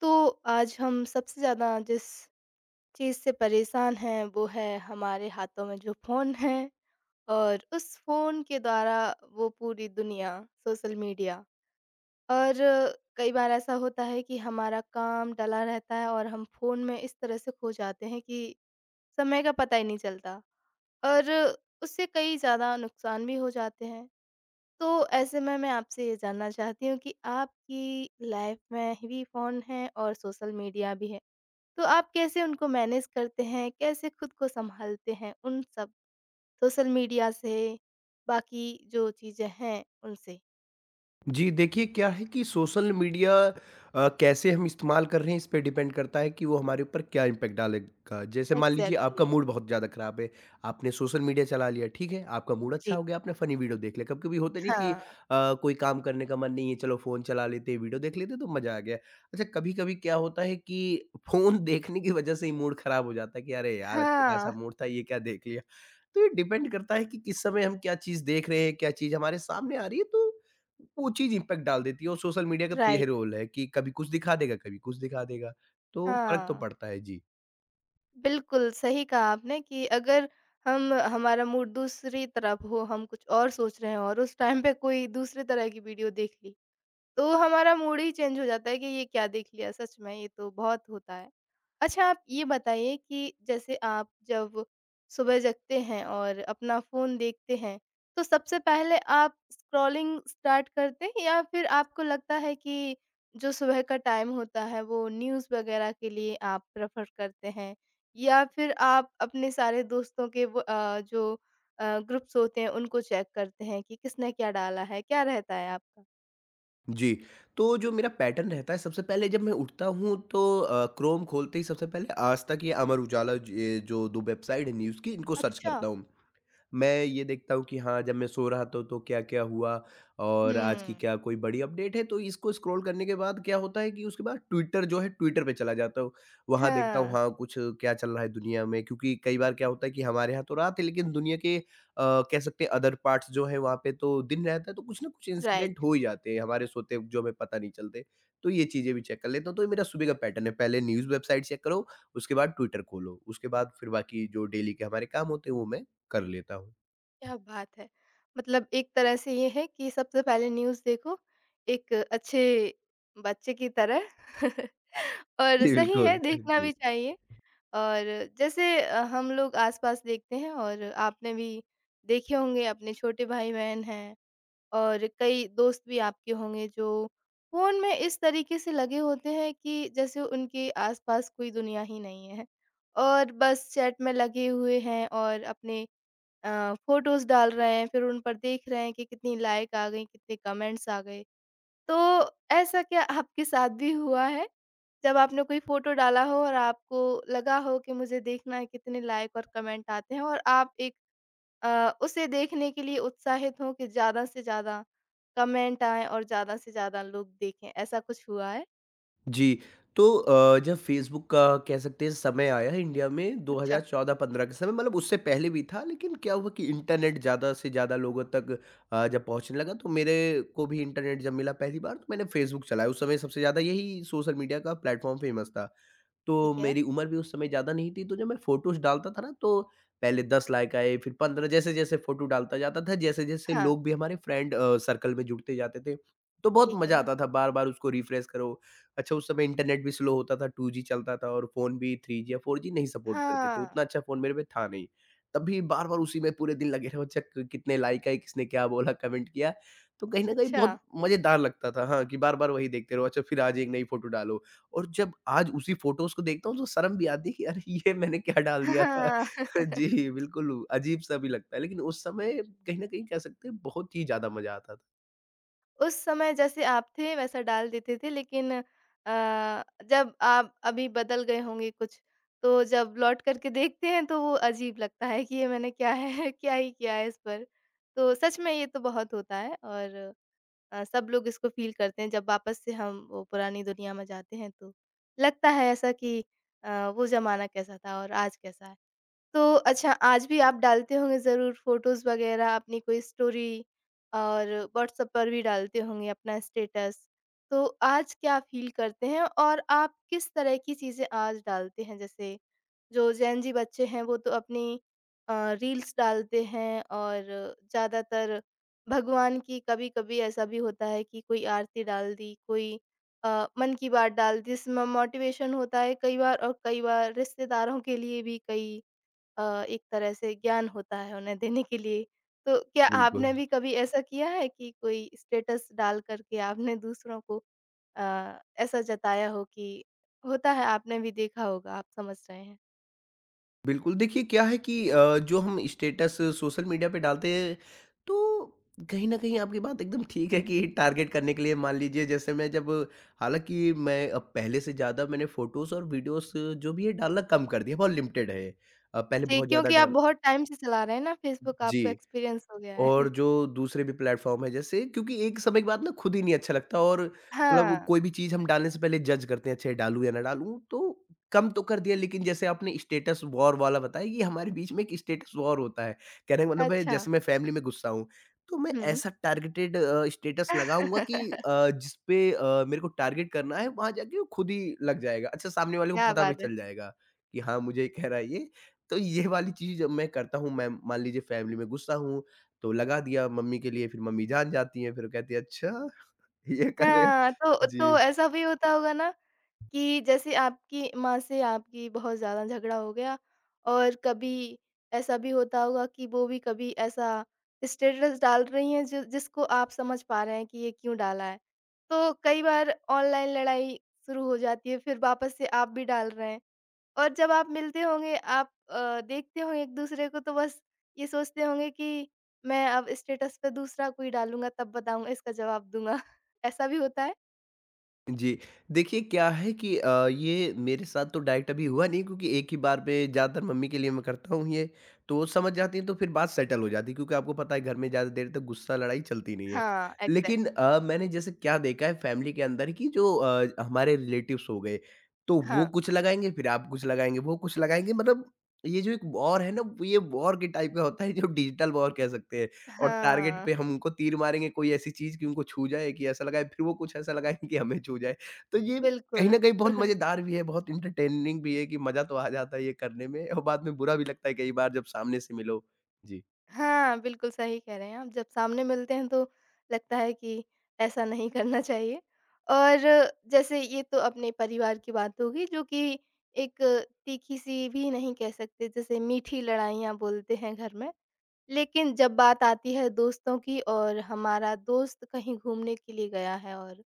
तो आज हम सबसे ज़्यादा जिस चीज़ से परेशान हैं वो है हमारे हाथों में जो फ़ोन है, और उस फ़ोन के द्वारा वो पूरी दुनिया, सोशल मीडिया, और कई बार ऐसा होता है कि हमारा काम डला रहता है और हम फ़ोन में इस तरह से खो जाते हैं कि समय का पता ही नहीं चलता, और उससे कई ज़्यादा नुकसान भी हो जाते हैं। तो ऐसे में मैं आपसे ये जानना चाहती हूँ कि आपकी लाइफ़ में भी फ़ोन है और सोशल मीडिया भी है। तो आप कैसे उनको मैनेज करते हैं? कैसे खुद को सँभालते हैं उन सब सोशल मीडिया से, बाकी जो चीज़ें हैं उनसे? जी, देखिए क्या है कि सोशल मीडिया कैसे हम इस्तेमाल कर रहे हैं इस पे डिपेंड करता है कि वो हमारे ऊपर क्या इम्पैक्ट डालेगा। जैसे मान लीजिए आपका एग्ज़ैक्टली। मूड बहुत ज़्यादा खराब है, आपने सोशल मीडिया चला लिया, ठीक है? आपका मूड अच्छा जी, हो गया, आपने फ़नी वीडियो देख लिया। कभी-कभी होता नहीं कि हाँ। कोई काम करने का मन नहीं है, चलो फ़ोन चला लेते हैं, वीडियो देख लेते हैं तो मज़ा आ गया। अच्छा कभी-कभी क्या होता है कि फ़ोन देखने की वज़ह से ही मूड खराब हो जाता है कि अरे यार! अच्छा खासा हाँ, मूड था, ये क्या देख लिया। तो ये डिपेंड करता है कि किस समय हम क्या चीज़ देख रहे हैं, क्या चीज़ हमारे सामने आ रही है, तो वो चीज़ इम्पैक्ट डाल देती है और सोशल मीडिया का तो यही राइट, रोल है कि कभी कुछ दिखा देगा, कभी कुछ दिखा देगा, तो फ़र्क तो हाँ। पड़ता है। जी। बिल्कुल, सही कहा आपने कि अगर हम, हमारा मूड दूसरी तरफ हो, हम कुछ और सोच रहे हों और उस टाइम पे कोई दूसरे तरह की वीडियो देख ली, तो हमारा मूड ही चेंज हो जाता है कि ये क्या देख लिया। सच में ये तो बहुत होता है। अच्छा, आप ये बताइए कि जैसे आप जब सुबह जगते हैं और अपना फ़ोन देखते हैं, तो सबसे पहले आप स्क्रॉलिंग स्टार्ट करते हैं, या फिर आपको लगता है कि जो सुबह का टाइम होता है वो न्यूज़ वग़ैरह के लिए आप प्रेफ़र करते हैं? या फिर आप अपने सारे दोस्तों के वो जो ग्रुप्स होते हैं उनको चेक करते हैं कि किसने क्या डाला है? क्या रहता है आपका? जी, तो जो मेरा पैटर्न रहता है सबसे पहले जब मैं उठता हूँ तो क्रोम खोलते ही सबसे पहले आज तक या अमर उजाला ज ये जो 2 वेबसाइट है न्यूज़ की इनको सर्च अच्छा। करता हूँ। मैं ये देखता हूँ कि हाँ, जब मैं सो रहा था तो क्या-क्या हुआ और आज की हुँ। क्या कोई बड़ी अपडेट है, तो इसको स्क्रॉल करने के बाद क्या होता है कि उसके बाद ट्विटर जो है ट्विटर पे चला जाता हूँ। वहाँ देखता हूँ हाँ, हाँ, कुछ क्या चल रहा है दुनिया में क्योंकि कई बार क्या होता है कि हमारे यहाँ तो रात है लेकिन दुनिया के कह सकते हैं अदर पार्ट्स जो है वहाँ पे तो दिन रहता है तो कुछ ना कुछ इंसिडेंट राइट, हो ही जाते हैं हमारे सोते वक़्त जो हमें पता नहीं चलते। तो ये चीज़ें भी चेक कर लेता हूँ, तो ये मेरा सुबह का पैटर्न है पहले न्यूज़ वेबसाइट चेक करो, उसके बाद ट्विटर खोलो, उसके बाद फिर बाकी जो डेली के हमारे काम होते हैं वो मैं कर लेता हूँ। क्या बात है! मतलब एक तरह से ये है कि सबसे पहले न्यूज़ देखो, एक अच्छे बच्चे की तरह और जी, सही बिल्कुल। है, देखना जी। भी चाहिए। और जैसे हम लोग आस-पास देखते हैं, और आपने भी देखे होंगे, अपने छोटे भाई-बहन हैं और कई दोस्त भी आपके होंगे जो फ़ोन में इस तरीके से लगे होते हैं कि जैसे उनके आसपास कोई दुनिया ही नहीं है, और बस चैट में लगे हुए हैं और अपने फ़ोटोज़ डाल रहे हैं, फिर उन पर देख रहे हैं कि कितनी लाइक आ गई, कितने कमेंट्स आ गए। तो ऐसा क्या आपके साथ भी हुआ है? जब आपने कोई फ़ोटो डाला हो और आपको लगा हो कि मुझे देखना है कितने लाइक और कमेंट आते हैं, और आप एक उसे देखने के लिए उत्साहित हों कि ज़्यादा से ज़्यादा कमेंट आएँ और ज़्यादा से ज़्यादा लोग देखें, ऐसा कुछ हुआ है? जी, तो जब फ़ेसबुक का कह सकते हैं समय आया इंडिया में अच्छा। 2014-15 के समय मतलब उससे पहले भी था लेकिन क्या हुआ कि इंटरनेट ज़्यादा से ज़्यादा लोगों तक जब पहुँचने लगा तो मेरे को भी इंटरनेट जब मिला पहली बार तो मैंने फ़ेसबुक चलाया। उस समय सबसे ज़्यादा यही सोशल मीडिया का प्लेटफ़ॉर्म फ़ेमस था। तो ठीक है। मेरी उम्र भी उस समय ज़्यादा नहीं थी, तो जब मैं फ़ोटोज़ डालता था ना तो पहले 10 लाइक आए, फिर 15 जैसे-जैसे फ़ोटो डालता जाता था, जैसे-जैसे हाँ, लोग भी हमारे फ्रेंड सर्कल में जुड़ते जाते थे, तो बहुत ठीक मज़ा है। आता था बार-बार उसको रिफ्रेश करो। अच्छा उस समय इंटरनेट भी स्लो होता था, 2G चलता था और फ़ोन भी 3G या 4G नहीं सपोर्ट करते थे, हाँ, उतना अच्छा फ़ोन मेरे पे था नहीं। तब भी बार-बार उसी में पूरे दिन लगे रहो, अच्छा क कितने लाइक आए, किसने क्या बोला, कमेंट किया, तो कहीं न कहीं अच्छा। बहुत मज़ेदार लगता था। हाँ, कि बार-बार वही देखते रहो, अच्छा फिर आज एक नई फ़ोटो डालो। और जब आज उसी फ़ोटोज़ को देखता हूँ तो शर्म भी आती है कि अरे! ये मैंने क्या डाल दिया था। हाँ, जी, बिल्कुल अजीब-सा भी लगता है लेकिन उस समय कहीं न कहीं कह सकते हैं बहुत ही ज़्यादा मज़ा आता था। उस समय जैसे आप थे वैसा डाल देते थे, लेकिन जब आप अभी बदल गए होंगे कुछ, तो जब लौट कर के देखते हैं तो वो अजीब लगता है कि ये मैंने क्या है, क्या ही किया है इस पर। तो सच में ये तो बहुत होता है, और सब लोग इसको फ़ील करते हैं। जब वापस से हम वो पुरानी दुनिया में जाते हैं तो लगता है ऐसा कि वो ज़माना कैसा था और आज कैसा है। तो अच्छा, आज भी आप डालते होंगे ज़रूर फ़ोटोज़ वग़ैरह, अपनी कोई स्टोरी, और व्हाट्सएप पर भी डालते होंगे अपना स्टेटस। तो आज क्या फ़ील करते हैं, और आप किस तरह की चीज़ें आज डालते हैं? जैसे जो जेन ज़ी बच्चे हैं वो तो अपनी अ, रील्स डालते हैं, और ज़्यादातर भगवान की, कभी-कभी ऐसा भी होता है कि कोई आरती डाल दी, कोई मन की बात डाल दी जिसमें मोटिवेशन होता है कई बार, और कई बार रिश्तेदारों के लिए भी कई अ, एक तरह से ज्ञान होता है उन्हें देने के लिए। तो क्या बिल्कुल। आपने भी कभी ऐसा किया है कि कोई स्टेटस डाल कर के आपने दूसरों को अ, ऐसा जताया हो कि होता है, आपने भी देखा होगा, आप समझ रहे हैं। बिल्कुल, देखिए क्या है कि जो हम स्टेटस सोशल मीडिया पे डालते हैं, तो कहीं न कहीं आपकी बात एकदम ठीक है कि टारगेट करने के लिए मान लीजिए जैसे मैं जब हालाँकि मैं अब पहले से ज़्यादा मैंने फ़ोटोज़ और वीडियोज़ जो भी है डालना कम कर दिया, बहुत लिमिटेड है। पहले जी, बहुत ज़्यादा क्योंकि आप डाल बहुत टाइम से चला रहे हैं ना फ़ेसबुक, आपको जी। एक्सपीरियंस हो गया और है। जो दूसरे भी प्लेटफ़ॉर्म हैं जैसे क्योंकि एक समय के बाद ना खुद ही नहीं अच्छा लगता और मतलब हाँ, कोई भी चीज़ हम डालने से पहले जज करते हैं, अच्छा ये डालूँ या ना डालूँ? तो कम तो कर दिया लेकिन जैसे आपने स्टेटस वॉर वाला बताया, ये हमारे बीच में एक स्टेटस वॉर होता है। कहने का मतलब है अच्छा। जैसे मैं फैमिली में गुस्सा हूँ, तो मैं हुँ। ऐसा टारगेटेड स्टेटस लगाऊँगा कि जिसपे मेरे को टारगेट करना है, वहाँ जाके वो खुद ही लग जाएगा। अच्छा सामने वाले को क्या पता भी बात है! चल जाएगा कि हाँ, मुझे ये कह रहा है ये। तो ये वाली चीज़ मैं करता हूँ मैं मान लीजिए फैमिली में गुस्सा हूँ तो लगा दिया मम्मी के लिए, फिर मम्मी जान जाती हैं, फिर वो कहती हैं, "अच्छा, ये कर रहे हो?" हाँ, तो जी, ऐसा भी होता होगा ना कि जैसे आपकी माँ से आपकी बहुत ज़्यादा झगड़ा हो गया, और कभी ऐसा भी होता होगा कि वो भी कभी ऐसा स्टेटस डाल रही हैं जो जिसको आप समझ पा रहे हैं कि ये क्यों डाला है। तो कई बार ऑनलाइन लड़ाई शुरू हो जाती है, फिर वापस से आप भी डाल रहे हैं, और जब आप मिलते होंगे, आप देखते होंगे एक-दूसरे को, तो बस ये सोचते होंगे कि मैं अब स्टेटस पे दूसरा कोई डालूँगा, तब बताऊँगा, इसका जवाब दूँगा। ऐसा भी होता है? जी। देखिए क्या है कि ये मेरे साथ तो डायरेक्ट अभी हुआ नहीं क्योंकि एक ही बार पे ज़्यादातर मम्मी के लिए मैं करता हूँ ये, तो वो समझ जाती हैं तो फिर बात सेटल हो जाती है क्योंकि आपको पता है घर में ज़्यादा देर तक गुस्सा, लड़ाई चलती नहीं है। हाँ, लेकिन एग्ज़ैक्टली। मैंने जैसे क्या देखा है फैमिली के अंदर कि जो हमारे रिलेटिव्स हो गए, तो वो हाँ। कुछ लगाएँगे, फिर आप कुछ लगाएँगे, वो कुछ लगाएँगे मतलब ये जो एक वॉर है ना, ये वॉर के टाइप का होता है जो डिजिटल वॉर कह सकते हैं। और टारगेट हाँ, पे हम उनको तीर मारेंगे कोई ऐसी चीज़ कि उनको छू जाए कि ऐसा लगाएँ, फिर वो कुछ ऐसा लगाएँ कि हमें छू जाए। तो ये कहीं बिल्कुल। न कहीं बहुत मज़ेदार भी है, बहुत एंटरटेनिंग भी है कि मज़ा तो आ जाता है ये करने में और बाद में बुरा भी लगता है कई बार जब सामने से मिलो। जी। हाँ, बिल्कुल सही कह रहे हैं आप। जब सामने मिलते हैं तो लगता है कि ऐसा नहीं करना चाहिए, और जैसे ये तो अपने परिवार की बात होगी, जो कि एक तीखी-सी भी नहीं कह सकते, जैसे मीठी लड़ाइयाँ बोलते हैं घर में। लेकिन जब बात आती है दोस्तों की, और हमारा दोस्त कहीं घूमने के लिए गया है और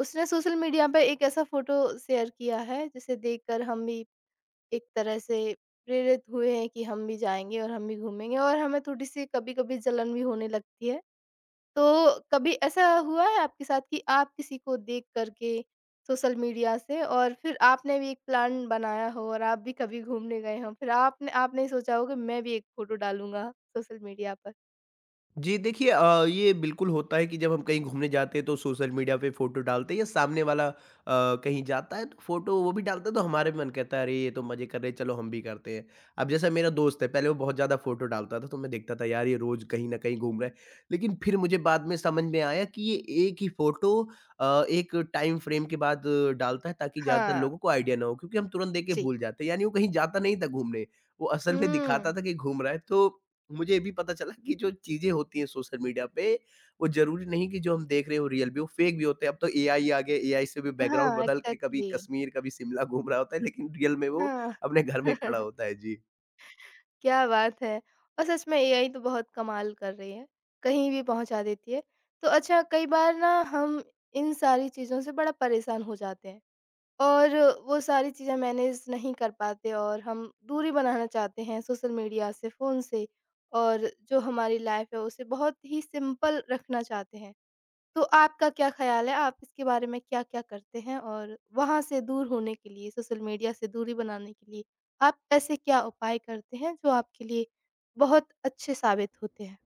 उसने सोशल मीडिया पे एक ऐसा फ़ोटो शेयर किया है जिसे देखकर हम भी एक तरह से प्रेरित हुए हैं कि हम भी जाएँगे और हम भी घूमेंगे, और हमें थोड़ी-सी कभी-कभी जलन भी होने लगती है। तो कभी ऐसा हुआ है आपके साथ कि आप किसी को देख कर के सोशल मीडिया से, और फिर आपने भी एक प्लान बनाया हो और आप भी कभी घूमने गए हों, फिर आपने आपने ये सोचा हो कि मैं भी एक फ़ोटो डालूँगा सोशल मीडिया पर? जी देखिए ये बिल्कुल होता है कि जब हम कहीं घूमने जाते हैं तो सोशल मीडिया पे फोटो डालते हैं या सामने वाला कहीं जाता है तो फोटो वो भी डालता है तो हमारे भी मन कहता है अरे ये तो मजे कर रहे हैं चलो हम भी करते हैं अब जैसा मेरा दोस्त है पहले वो बहुत ज्यादा फोटो डालता था तो मैं देखता था यार ये रोज कहीं ना कहीं घूम रहा है लेकिन फिर मुझे बाद में समझ में आया कि ये एक ही फोटो एक टाइम फ्रेम के बाद डालता है ताकि ज्यादातर हाँ, लोगों को आइडिया ना हो क्योंकि हम तुरंत देख के जी। भूल जाते हैं यानी वो कहीं जाता नहीं था घूमने वो असल में दिखाता हुँ। था कि घूम रहा है तो मुझे ये भी पता चला कि जो चीज़ें होती हैं सोशल मीडिया पे, वो ज़रूरी नहीं कि जो हम देख रहे हैं वो रियल भी हो, फेक भी होते हैं। अब तो एआई आ गया, एआई से भी बैकग्राउंड हाँ, बदल के कभी एग्ज़ैक्टली। कश्मीर, कभी शिमला घूम रहा होता है, लेकिन रियल में वो हाँ। अपने घर में ही पड़ा होता है। जी। क्या बात है! और सच में एआई तो बहुत कमाल कर रही है, कहीं भी पहुँचा देती है। तो अच्छा, कई बार ना हम इन सारी चीज़ों से बड़ा परेशान हो जाते हैं, और वो सारी चीज़ें मैनेज नहीं कर पाते और हम दूरी बनाना चाहते हैं सोशल मीडिया से, फ़ोन से, और जो हमारी लाइफ़ है उसे बहुत ही सिंपल रखना चाहते हैं। तो आपका क्या ख़्याल है, आप इसके बारे में क्या-क्या करते हैं? और वहाँ से दूर होने के लिए, सोशल मीडिया से दूरी बनाने के लिए, आप ऐसे क्या उपाय करते हैं जो आपके लिए बहुत अच्छे साबित होते हैं?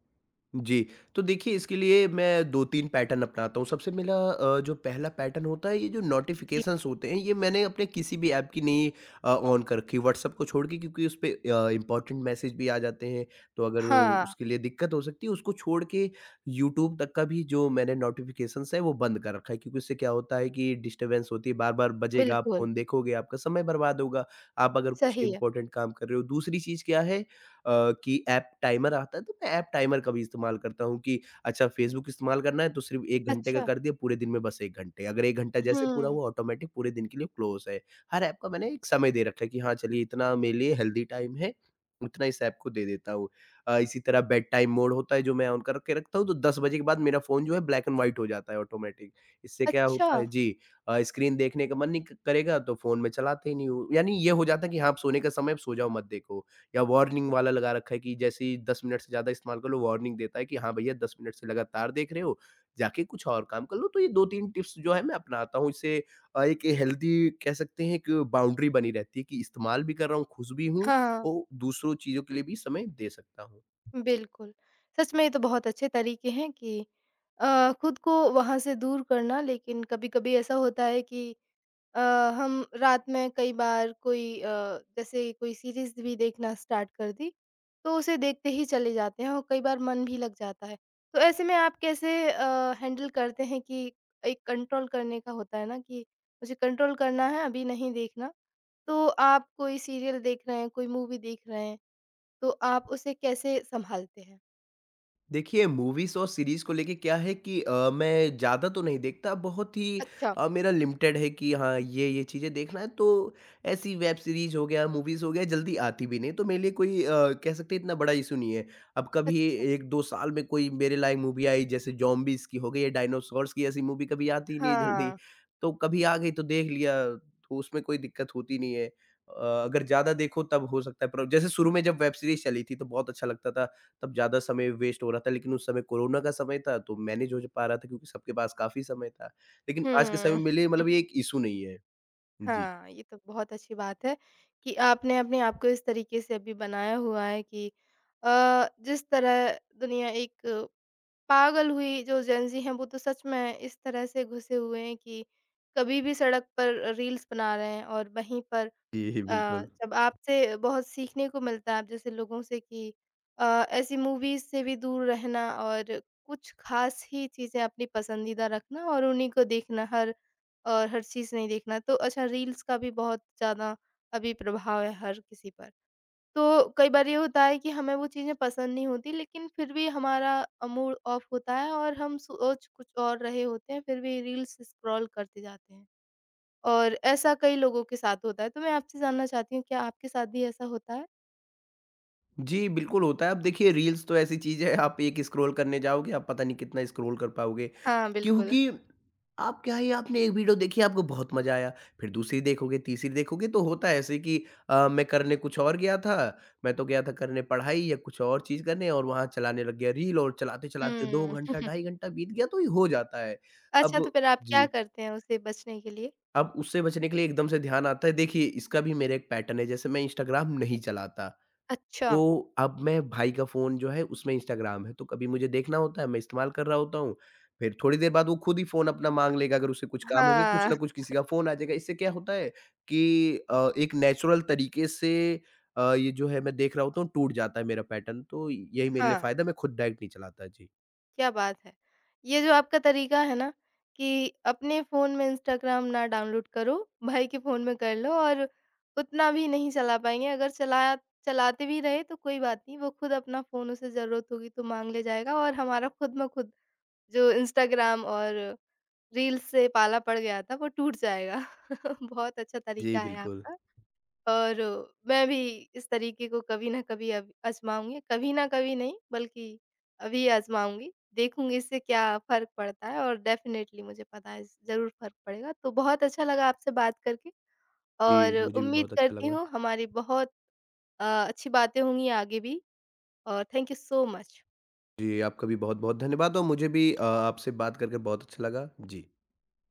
जी, तो देखिए इसके लिए मैं 2-3 पैटर्न अपनाता हूँ। सबसे मेरा जो पहला पैटर्न होता है ये जो जी। नोटिफ़िकेशंस होते हैं ये मैंने अपने किसी भी ऐप की नहीं ऑन कर रखी व्हाट्सएप को छोड़ के क्योंकि उसपे इम्पोर्टेंट मैसेज भी आ जाते हैं, तो अगर हाँ, उसके लिए दिक्कत हो सकती है उसको छोड़ के यूट्यूब तक का भी जो मैंने नोटिफ़िकेशंस है वो बंद कर रखा है क्योंकि उससे क्या होता है कि डिस्टर्बेंस होती है, बार-बार बजेगा, आप बिल्कुल, फ़ोन देखोगे, आपका समय बर्बाद होगा, आप अगर कुछ सही है। इम्पोर्टेंट काम कर रहे हो। दूसरी चीज़ क्या है कि ऐप टाइमर आता है तो मैं ऐप टाइमर का भी इस्तेमाल करता हूँ कि अच्छा फ़ेसबुक इस्तेमाल करना है तो सिर्फ़ 1 घंटे का अच्छा। कर दिया पूरे दिन में बस 1 घंटे। अगर 1 घंटा जैसे पूरा हुँ, हुआ ऑटोमैटिक पूरे दिन के लिए क्लोज़ है। हर ऐप का मैंने एक समय दे रखा है कि हाँ, चलिए इतना मेरे लिए हेल्दी टाइम है, उतना इस ऐप को दे देता हूँ। इसी तरह बेड टाइम मोड होता है जो मैं ऑन करके रखता हूँ तो 10 बजे के बाद मेरा फ़ोन जो है ब्लैक एंड व्हाइट हो जाता है ऑटोमैटिक। इससे क्या अच्छा। होता है जी स्क्रीन देखने का मन नहीं क करेगा तो फ़ोन में चलाते ही नहीं हूँ। यानी ये हो जाता है कि हाँ, अब सोने का समय है अब सो जाओ मत देखो। या वार्निंग वाला लगा रखा है कि जैसे ही 10 मिनट से ज़्यादा इस्तेमाल कर लो वार्निंग देता है कि हाँ भैया 10 मिनट से लगातार देख रहे हो, जाके कुछ और काम कर लो। तो ये 2-3 टिप्स जो है मैं अपनाता हूँ इससे एक हेल्दी कह सकते हैं एक बाउंड्री बनी रहती है कि इस्तेमाल भी कर रहा हूँ, खुश भी हूँ हाँ, और दूसरों चीज़ों के लिए भी समय दे सकता हूँ। बिल्कुल। सच में ये तो बहुत अच्छे तरीके हैं कि खुद को वहाँ से दूर करना। लेकिन कभी-कभी ऐसा होता है कि अ, हम रात में कई बार कोई जैसे कोई सीरीज़ भी देखना स्टार्ट कर दी, तो उसे देखते ही चले जाते हैं और कई बार मन भी लग जाता है। तो ऐसे में आप कैसे हैंडल करते हैं कि एक कंट्रोल करने का होता है ना कि मुझे कंट्रोल करना है, अभी नहीं देखना। तो आप कोई सीरियल देख रहे हैं, कोई मूवी देख रहे हैं, तो आप उसे कैसे सँभालते हैं? देखिए, मूवीज़ और सीरीज़ को लेके क्या है कि मैं ज़्यादा तो नहीं देखता, बहुत ही अच्छा, मेरा लिमिटेड है कि हाँ, ये-ये चीज़ें देखना है, तो ऐसी वेब सीरीज़ हो गया, मूवीज़ हो गया, जल्दी आती भी नहीं, तो मेरे लिए कोई कह सकते हैं इतना बड़ा इश्यू नहीं है। अब कभी अच्छा। 1-2 साल में कोई मेरे लायक मूवी आई, जैसे ज़ॉम्बीज़ की हो गई या डायनासोर्स की, ऐसी मूवी कभी आती ही नहीं जल्दी, हाँ। तो कभी आ गई तो देख लिया, तो उसमें कोई दिक्कत होती नहीं है। अ, अगर ज़्यादा देखो तब हो सकता है प्रॉब जैसे शुरू में जब वेब सीरीज़ चली थी, तो बहुत अच्छा लगता था तब ज़्यादा समय वेस्ट हो रहा था, लेकिन उस समय कोरोना का समय था तो मैनेज हो ज पा रहा था क्योंकि सबके पास काफ़ी समय था। लेकिन आज के समय हुँ। में लिए मतलब ये एक इश्यू नहीं है। जी। हाँ, ये तो बहुत अच्छी बात है कि आपने अपने आप को इस तरीके से अभी बनाया हुआ है कि अ, जिस तरह दुनिया एक पागल हुई, जो जेनज़ी हैं वो तो सच में इस तरह से घुसे हुए हैं कि कभी भी सड़क पर रील्स बना रहे हैं, और वहीं पर जी, बिल्कुल। जब आपसे बहुत सीखने को मिलता है आप जैसे लोगों से कि अ, ऐसी मूवीज़ से भी दूर रहना, और कुछ ख़ास ही चीज़ें अपनी पसंदीदा रखना और उन्हीं को देखना, हर और हर चीज़ नहीं देखना। तो अच्छा, रील्स का भी बहुत ज़्यादा अभी प्रभाव है हर किसी पर। तो कई बार ये होता है कि हमें वो चीज़ें पसंद नहीं होती, लेकिन फिर भी हमारा मूड ऑफ होता है और हम सोच कुछ और रहे होते हैं, फिर भी रील्स स्क्रॉल करते जाते हैं, और ऐसा कई लोगों के साथ होता है। तो मैं आपसे जानना चाहती हूँ, क्या आपके साथ भी ऐसा होता है? जी, बिल्कुल होता है। अब देखिए रील्स तो ऐसी चीज़ है आप एक स्क्रॉल करने जाओगे, आप पता नहीं कितना स्क्रॉल कर पाओगे। हाँ, बिल्कुल। क्योंकि आप क्या है आपने एक वीडियो देखी आपको बहुत मज़ा आया, फिर दूसरी देखोगे, तीसरी देखोगे तो होता है ऐसे कि मैं करने कुछ और गया था, मैं तो गया था करने पढ़ाई या कुछ और चीज़ करने और वहाँ चलाने लग गया रील और चलाते-चलाते 2 हुँ। घंटा, 2.5 घंटा बीत गया तो ये हो जाता है। अच्छा, अब तो फिर आप क्या जी, करते हैं उससे बचने के लिए? अब उससे बचने के लिए एकदम से ध्यान आता है देखिए इसका भी मेरा एक पैटर्न है जैसे मैं इंस्टाग्राम नहीं चलाता। अच्छा। तो अब मैं भाई का फ़ोन जो है उसमें इंस्टाग्राम है, तो कभी मुझे देखना होता है मैं इस्तेमाल कर रहा होता हूँ, फिर थोड़ी देर बाद वो खुद ही फ़ोन अपना माँग लेगा अगर उसे कुछ काम हो गया, कुछ ना हाँ। कुछ किसी का फ़ोन आ जाएगा। इससे क्या होता है कि एक नेचुरल तरीके से ये जो है मैं देख रहा होता हूँ टूट जाता है मेरा पैटर्न तो यही मेरे लिए हाँ। फ़ायदा है, मैं खुद डायरेक्ट नहीं चलाता। जी। क्या बात है! ये जो आपका तरीका है ना, कि अपने फ़ोन में इंस्टाग्राम ना डाउनलोड करो, भाई के फ़ोन में कर लो, और उतना भी नहीं चला पाएँगे, अगर चलाया चलाते भी रहे तो कोई बात नहीं, वो खुद अपना फ़ोन, उसे ज़रूरत होगी तो माँग ले जाएगा, और हमारा खुद में खुद जो इंस्टाग्राम और रील्स से पाला पड़ गया था, वो टूट जाएगा। बहुत अच्छा जी, तरीका है बिल्कुल। आपका। और मैं भी इस तरीके को कभी न कभी अब आज़माऊँगी, कभी न कभी नहीं बल्कि अभी आज़माऊँगी, देखूँगी इससे क्या फ़र्क पड़ता है, और डेफ़िनेटली मुझे पता है ज़रूर फ़र्क पड़ेगा। तो बहुत अच्छा लगा आपसे बात करके, जी, और मुझे भी उम्मीद बहुत अच्छा करती लगा। हूँ हमारी बहुत अच्छी बातें होंगी आगे भी, और थैंक यू सो मच। जी, आपका भी बहुत-बहुत धन्यवाद और मुझे भी आपसे बात करके बहुत अच्छा लगा। जी।